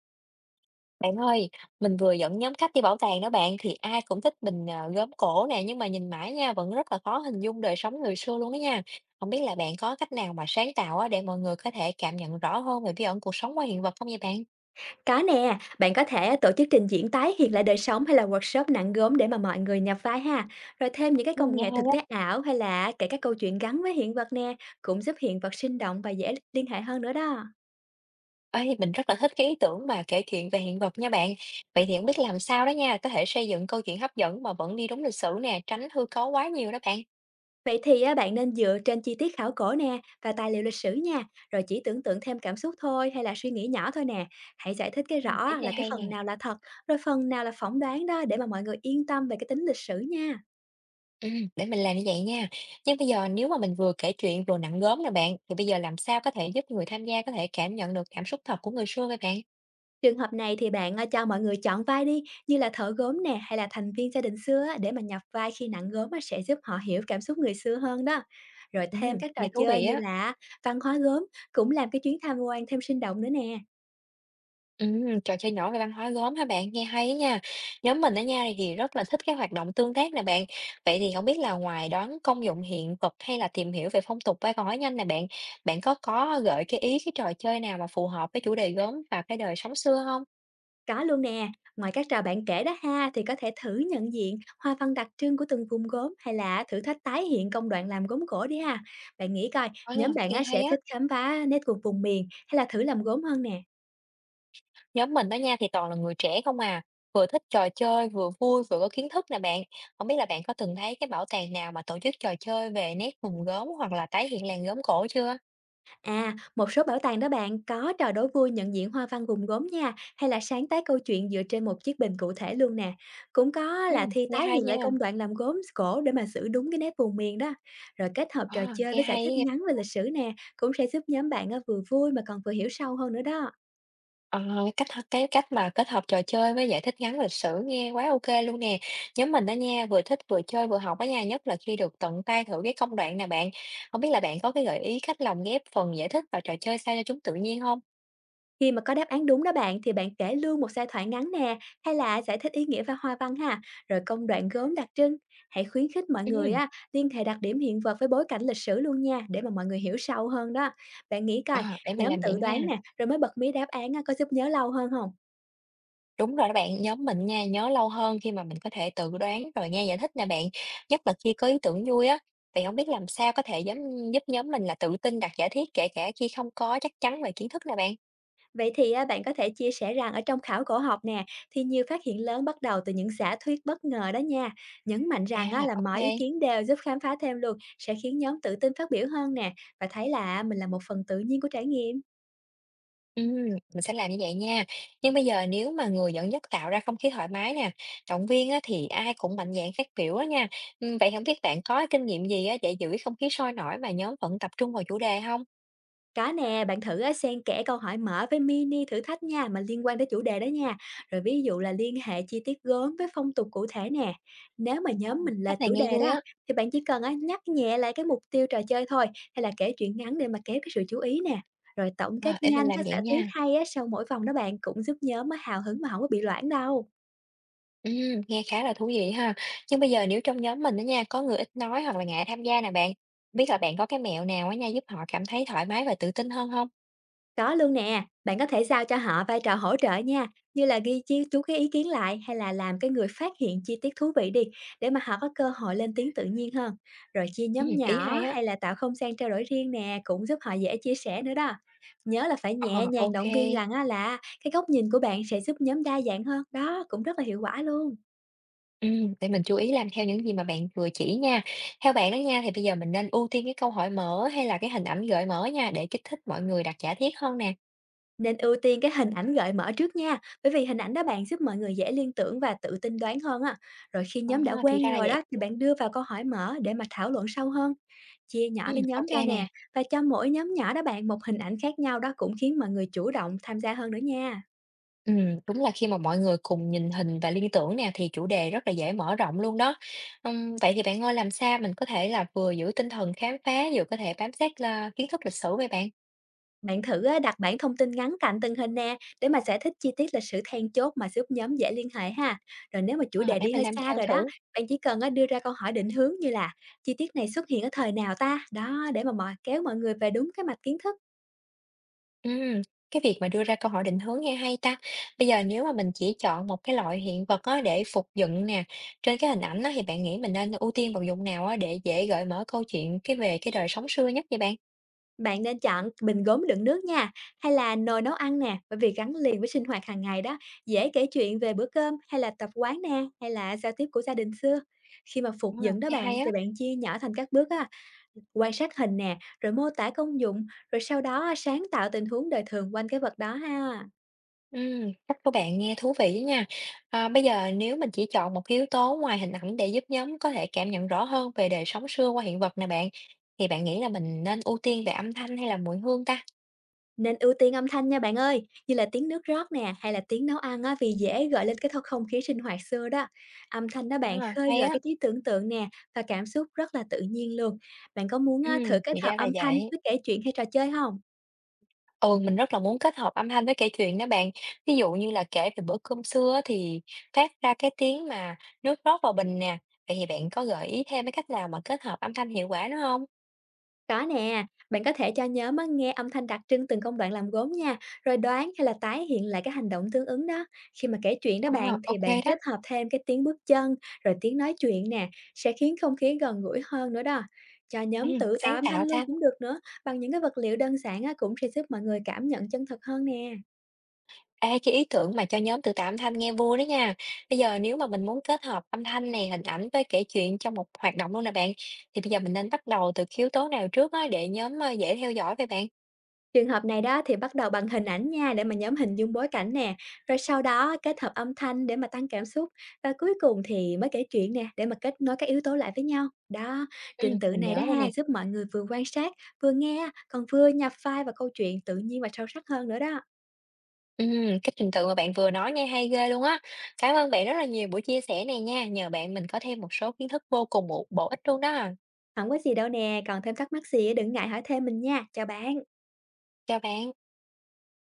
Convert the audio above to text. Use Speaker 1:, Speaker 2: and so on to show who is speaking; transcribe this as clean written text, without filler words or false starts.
Speaker 1: Bạn ơi, mình vừa dẫn nhóm khách đi bảo tàng đó bạn thì ai cũng thích mình gốm cổ nè nhưng mà nhìn mãi nha vẫn rất là khó hình dung đời sống người xưa luôn đó nha. Không biết là bạn có cách nào mà sáng tạo á, để mọi người có thể cảm nhận rõ hơn về bí ẩn cuộc sống qua hiện vật không vậy bạn?
Speaker 2: Có nè, bạn có thể tổ chức trình diễn tái hiện lại đời sống hay là workshop nặng gốm để mà mọi người nhập vai ha. Rồi thêm những cái
Speaker 1: Ừ,
Speaker 2: công
Speaker 1: nghe
Speaker 2: nghệ
Speaker 1: hay
Speaker 2: thực tế
Speaker 1: á.
Speaker 2: ảo hay là kể các câu chuyện gắn với hiện vật nè, cũng giúp hiện vật sinh động và dễ liên hệ hơn nữa đó.
Speaker 1: Ê, mình rất là thích cái ý tưởng mà kể chuyện về hiện vật nha bạn. Vậy thì không biết làm sao đó nha, có thể xây dựng câu chuyện hấp dẫn mà vẫn đi đúng lịch sử nè, tránh hư cấu quá nhiều đó bạn.
Speaker 2: Vậy thì á, bạn nên dựa trên chi tiết khảo cổ nè và tài liệu lịch sử nha, rồi chỉ tưởng tượng thêm cảm xúc thôi hay là suy nghĩ nhỏ thôi nè. Hãy giải thích cái
Speaker 1: Ừ,
Speaker 2: rõ
Speaker 1: ý
Speaker 2: là
Speaker 1: này
Speaker 2: cái
Speaker 1: hay nè.
Speaker 2: phần nào là thật, rồi phần nào là phỏng đoán đó để mà mọi người yên tâm về cái tính lịch sử nha.
Speaker 1: Để mình làm như vậy nha. Chứ bây giờ nếu mà mình vừa kể chuyện vừa nặn gốm nè bạn, thì bây giờ làm sao có thể giúp người tham gia có thể cảm nhận được cảm xúc thật của người xưa vậy bạn?
Speaker 2: Trường hợp này thì bạn, cho mọi người chọn vai đi, như là thợ gốm nè, hay là thành viên gia đình xưa á, để mà nhập vai khi nặng gốm á sẽ giúp họ hiểu cảm xúc người xưa hơn đó. Rồi thêm các trò
Speaker 1: Nghe thú
Speaker 2: chơi
Speaker 1: vị
Speaker 2: như
Speaker 1: á.
Speaker 2: là văn hóa gốm cũng làm cái chuyến tham quan thêm sinh động nữa nè.
Speaker 1: Trò chơi nhỏ về văn hóa gốm hả bạn? Nghe hay á nha. Nhóm mình ở nha thì rất là thích cái hoạt động tương tác nè bạn. Vậy thì không biết là ngoài đón công dụng hiện vật hay là tìm hiểu về phong tục qua câu hỏi nhanh nè bạn, bạn có gợi cái ý cái trò chơi nào mà phù hợp với chủ đề gốm và cái đời sống xưa không?
Speaker 2: Có luôn nè, ngoài các trò bạn kể đó ha, thì có thể thử nhận diện hoa văn đặc trưng của từng vùng gốm, hay là thử thách tái hiện công đoạn làm gốm cổ đi ha. Bạn nghĩ coi,
Speaker 1: À,
Speaker 2: nhóm bạn
Speaker 1: nghe
Speaker 2: á
Speaker 1: hay
Speaker 2: sẽ
Speaker 1: á.
Speaker 2: thích khám phá nét của vùng miền hay là thử làm gốm hơn nè?
Speaker 1: Nhóm mình đó nha thì toàn là người trẻ không à, vừa thích trò chơi, vừa vui, vừa có kiến thức nè bạn. Không biết là bạn có từng thấy cái bảo tàng nào mà tổ chức trò chơi về nét mùn gốm hoặc là tái hiện làng gốm cổ chưa?
Speaker 2: À, một số bảo tàng đó bạn có trò đố vui nhận diện hoa văn vùng gốm nha, hay là sáng tác câu chuyện dựa trên một chiếc bình cụ thể luôn nè. Cũng có
Speaker 1: Ừ,
Speaker 2: là thi
Speaker 1: nghe
Speaker 2: tái
Speaker 1: hay
Speaker 2: hiện lại
Speaker 1: nha.
Speaker 2: công đoạn làm gốm cổ để mà giữ đúng cái nét vùng miền đó. Rồi kết hợp
Speaker 1: À,
Speaker 2: trò chơi
Speaker 1: nghe
Speaker 2: với giải
Speaker 1: hay
Speaker 2: thích
Speaker 1: á.
Speaker 2: ngắn về lịch sử nè, cũng sẽ giúp nhóm bạn á, vừa vui mà còn vừa hiểu sâu hơn nữa đó.
Speaker 1: Ờ, cái cách mà kết hợp trò chơi với giải thích ngắn lịch sử nghe quá ok luôn nè. Nhóm mình đó nha, vừa thích vừa chơi vừa học đó nha, nhất là khi được tận tay thử cái công đoạn nè bạn. Không biết là bạn có cái gợi ý cách lồng ghép phần giải thích vào trò chơi sao cho chúng tự nhiên không?
Speaker 2: Khi mà có đáp án đúng đó bạn thì bạn kể luôn một giai thoại ngắn nè, hay là giải thích ý nghĩa và hoa văn ha, rồi công đoạn gốm đặc trưng. Hãy khuyến khích mọi người
Speaker 1: Ừ,
Speaker 2: á liên hệ đặc điểm hiện vật với bối cảnh lịch sử luôn nha để mà mọi người hiểu sâu hơn đó. Bạn nghĩ coi,
Speaker 1: à, để mình
Speaker 2: nhóm
Speaker 1: làm vậy
Speaker 2: tự đoán
Speaker 1: nha.
Speaker 2: nè rồi mới bật mí đáp án á, có giúp nhớ lâu hơn không?
Speaker 1: Đúng rồi đó bạn, nhóm mình nha, nhớ lâu hơn khi mà mình có thể tự đoán rồi nghe giải thích nè bạn, nhất là khi có ý tưởng vui á. Thì không biết làm sao có thể giúp, giúp nhóm mình là tự tin đặt giả thiết kể cả khi không có chắc chắn về kiến thức nè bạn.
Speaker 2: Vậy thì á, bạn có thể chia sẻ rằng ở trong khảo cổ học nè, thì nhiều phát hiện lớn bắt đầu từ những giả thuyết bất ngờ đó nha. Nhấn mạnh
Speaker 1: À,
Speaker 2: rằng á, là mọi ý
Speaker 1: ok.
Speaker 2: kiến đều giúp khám phá thêm luôn, sẽ khiến nhóm tự tin phát biểu hơn nè, và thấy là mình là một phần tự nhiên của trải nghiệm.
Speaker 1: Ừm, mình sẽ làm như vậy nha. Nhưng bây giờ nếu mà người dẫn dắt tạo ra không khí thoải mái nè, động viên á, thì ai cũng mạnh dạn phát biểu á nha. Vậy không biết bạn có kinh nghiệm gì á, để giữ cái không khí sôi nổi mà nhóm vẫn tập trung vào chủ đề không?
Speaker 2: Có nè, bạn thử á, xen kẽ câu hỏi mở với mini thử thách nha mà liên quan tới chủ đề đó nha. Rồi ví dụ là liên hệ chi tiết gốm với phong tục cụ thể nè. Nếu mà
Speaker 1: À,
Speaker 2: nhóm mình là
Speaker 1: cách này
Speaker 2: chủ
Speaker 1: nghe
Speaker 2: đề
Speaker 1: vui
Speaker 2: đó
Speaker 1: á.
Speaker 2: thì bạn chỉ cần á, nhắc nhẹ lại cái mục tiêu trò chơi thôi hay là kể chuyện ngắn để mà kéo cái sự chú ý nè. Rồi tổng
Speaker 1: À,
Speaker 2: kết
Speaker 1: để
Speaker 2: nhanh
Speaker 1: mình
Speaker 2: với
Speaker 1: làm vậy
Speaker 2: giả thuyết
Speaker 1: nha.
Speaker 2: hay á, sau mỗi vòng đó bạn cũng giúp nhóm á, hào hứng mà không có bị loãng đâu.
Speaker 1: Nghe khá là thú vị ha. Nhưng bây giờ nếu trong nhóm mình đó nha, có người ít nói hoặc là ngại tham gia nè bạn, biết là bạn có cái mẹo nào á nha giúp họ cảm thấy thoải mái và tự tin hơn không?
Speaker 2: Có luôn nè, bạn có thể giao cho họ vai trò hỗ trợ nha, như là ghi chi chú cái ý kiến lại hay là làm cái người phát hiện chi tiết thú vị đi, để mà họ có cơ hội lên tiếng tự nhiên hơn. Rồi chia nhóm
Speaker 1: Ý
Speaker 2: nhỏ
Speaker 1: hay á.
Speaker 2: hay là tạo không gian trao đổi riêng nè, cũng giúp họ dễ chia sẻ nữa đó. Nhớ là phải nhẹ
Speaker 1: Ờ,
Speaker 2: nhàng
Speaker 1: ok.
Speaker 2: động viên rằng á là cái góc nhìn của bạn sẽ giúp nhóm đa dạng hơn, đó cũng rất là hiệu quả luôn.
Speaker 1: Để mình chú ý làm theo những gì mà bạn vừa chỉ nha. Theo bạn đó nha, thì bây giờ mình nên ưu tiên cái câu hỏi mở hay là cái hình ảnh gợi mở nha để kích thích mọi người đặt giả thiết hơn nè.
Speaker 2: Nên ưu tiên cái hình ảnh gợi mở trước nha, bởi vì hình ảnh đó bạn giúp mọi người dễ liên tưởng và tự tin đoán hơn á. Rồi khi
Speaker 1: À,
Speaker 2: nhóm đã
Speaker 1: thì ra
Speaker 2: quen
Speaker 1: là
Speaker 2: rồi
Speaker 1: vậy.
Speaker 2: đó thì bạn đưa vào câu hỏi mở để mà thảo luận sâu hơn. Chia nhỏ cái nhóm
Speaker 1: Ok
Speaker 2: ra
Speaker 1: nè.
Speaker 2: nè và cho mỗi nhóm nhỏ đó bạn một hình ảnh khác nhau đó cũng khiến mọi người chủ động tham gia hơn nữa nha.
Speaker 1: Đúng là khi mà mọi người cùng nhìn hình và liên tưởng nè thì chủ đề rất là dễ mở rộng luôn đó. Vậy thì bạn ơi làm sao mình có thể là vừa giữ tinh thần khám phá vừa có thể bám sát là kiến thức lịch sử vậy bạn?
Speaker 2: Bạn thử á, đặt bản thông tin ngắn cạnh từng hình nè để mà giải thích chi tiết lịch sử then chốt mà giúp nhóm dễ liên hệ ha. Rồi nếu mà chủ
Speaker 1: À,
Speaker 2: đề
Speaker 1: để
Speaker 2: đi
Speaker 1: mình
Speaker 2: hơi
Speaker 1: làm
Speaker 2: xa
Speaker 1: theo
Speaker 2: rồi đó,
Speaker 1: thử.
Speaker 2: bạn chỉ cần á, đưa ra câu hỏi định hướng như là chi tiết này xuất hiện ở thời nào ta? Đó, để mà mọi kéo mọi người về đúng cái mạch kiến thức.
Speaker 1: Ừm, cái việc mà đưa ra câu hỏi định hướng nghe hay ta. Bây giờ nếu mà mình chỉ chọn một cái loại hiện vật á, để phục dựng nè trên cái hình ảnh đó thì bạn nghĩ mình nên ưu tiên vào dụng nào á, để dễ gợi mở câu chuyện cái về cái đời sống xưa nhất vậy bạn?
Speaker 2: Bạn nên chọn bình gốm đựng nước nha, hay là nồi nấu ăn nè, bởi vì gắn liền với sinh hoạt hàng ngày đó, dễ kể chuyện về bữa cơm hay là tập quán nè, hay là giao tiếp của gia đình xưa. Khi mà phục
Speaker 1: Đúng
Speaker 2: dựng
Speaker 1: không?
Speaker 2: đó
Speaker 1: Nghe
Speaker 2: bạn,
Speaker 1: hay
Speaker 2: thì
Speaker 1: á.
Speaker 2: bạn chia nhỏ thành các bước á, quan sát hình nè, rồi mô tả công dụng, rồi sau đó sáng tạo tình huống đời thường quanh cái vật đó ha.
Speaker 1: Cách của bạn nghe thú vị đó nha. À, bây giờ nếu mình chỉ chọn một yếu tố ngoài hình ảnh để giúp nhóm có thể cảm nhận rõ hơn về đời sống xưa qua hiện vật nè bạn, thì bạn nghĩ là mình nên ưu tiên về âm thanh hay là mùi hương ta?
Speaker 2: Nên ưu tiên âm thanh nha bạn ơi, như là tiếng nước rót nè, hay là tiếng nấu ăn á, vì dễ gợi lên cái không khí sinh hoạt xưa đó. Âm thanh đó bạn
Speaker 1: À,
Speaker 2: khơi
Speaker 1: hay
Speaker 2: gợi
Speaker 1: á,
Speaker 2: cái trí tưởng tượng nè, và cảm xúc rất là tự nhiên luôn. Bạn có muốn
Speaker 1: ừ,
Speaker 2: á, thử kết
Speaker 1: thì
Speaker 2: hợp
Speaker 1: ra là
Speaker 2: âm thanh
Speaker 1: vậy.
Speaker 2: với kể chuyện hay trò chơi không?
Speaker 1: Ừ, mình rất là muốn kết hợp âm thanh với kể chuyện đó bạn. Ví dụ như là kể về bữa cơm xưa á thì phát ra cái tiếng mà nước rót vào bình nè. Vậy thì bạn có gợi ý thêm cái cách nào mà kết hợp âm thanh hiệu quả nữa không?
Speaker 2: Có nè, bạn có thể cho nhóm á, nghe âm thanh đặc trưng từng công đoạn làm gốm nha, rồi đoán hay là tái hiện lại cái hành động tương ứng đó. Khi mà kể chuyện đó
Speaker 1: À,
Speaker 2: bạn thì
Speaker 1: ok
Speaker 2: bạn
Speaker 1: đó.
Speaker 2: kết hợp thêm cái tiếng bước chân, rồi tiếng nói chuyện nè, sẽ khiến không khí gần gũi hơn nữa đó. Cho
Speaker 1: Ừ,
Speaker 2: nhóm tự tạo
Speaker 1: sáng
Speaker 2: âm thanh
Speaker 1: tạo
Speaker 2: luôn
Speaker 1: ta.
Speaker 2: cũng được nữa, bằng những cái vật liệu đơn giản á, cũng sẽ giúp mọi người cảm nhận chân thật hơn nè.
Speaker 1: Ê, cái ý tưởng mà cho nhóm từ tạm thanh nghe vui đó nha. Bây giờ nếu mà mình muốn kết hợp âm thanh này, hình ảnh với kể chuyện trong một hoạt động luôn nè bạn, thì bây giờ mình nên bắt đầu từ cái yếu tố nào trước á, để nhóm dễ theo dõi vậy bạn?
Speaker 2: Trường hợp này đó thì bắt đầu bằng hình ảnh nha để mà nhóm hình dung bối cảnh nè, rồi sau đó kết hợp âm thanh để mà tăng cảm xúc và cuối cùng thì mới kể chuyện nè để mà kết nối các yếu tố lại với nhau. Đó,
Speaker 1: Ừ,
Speaker 2: trình tự
Speaker 1: mình
Speaker 2: này đó
Speaker 1: nhớ rồi
Speaker 2: ha
Speaker 1: nè.
Speaker 2: giúp mọi người vừa quan sát, vừa nghe, còn vừa nhập vai vào câu chuyện tự nhiên và sâu sắc hơn nữa đó.
Speaker 1: Ừ, cái trình tự mà bạn vừa nói nghe hay ghê luôn á. Cảm ơn bạn rất là nhiều buổi chia sẻ này nha. Nhờ bạn mình có thêm một số kiến thức vô cùng bổ bổ ích luôn đó.
Speaker 2: Không có gì đâu nè, còn thêm thắc mắc gì á, đừng ngại hỏi thêm mình nha. Chào bạn.
Speaker 1: Chào bạn.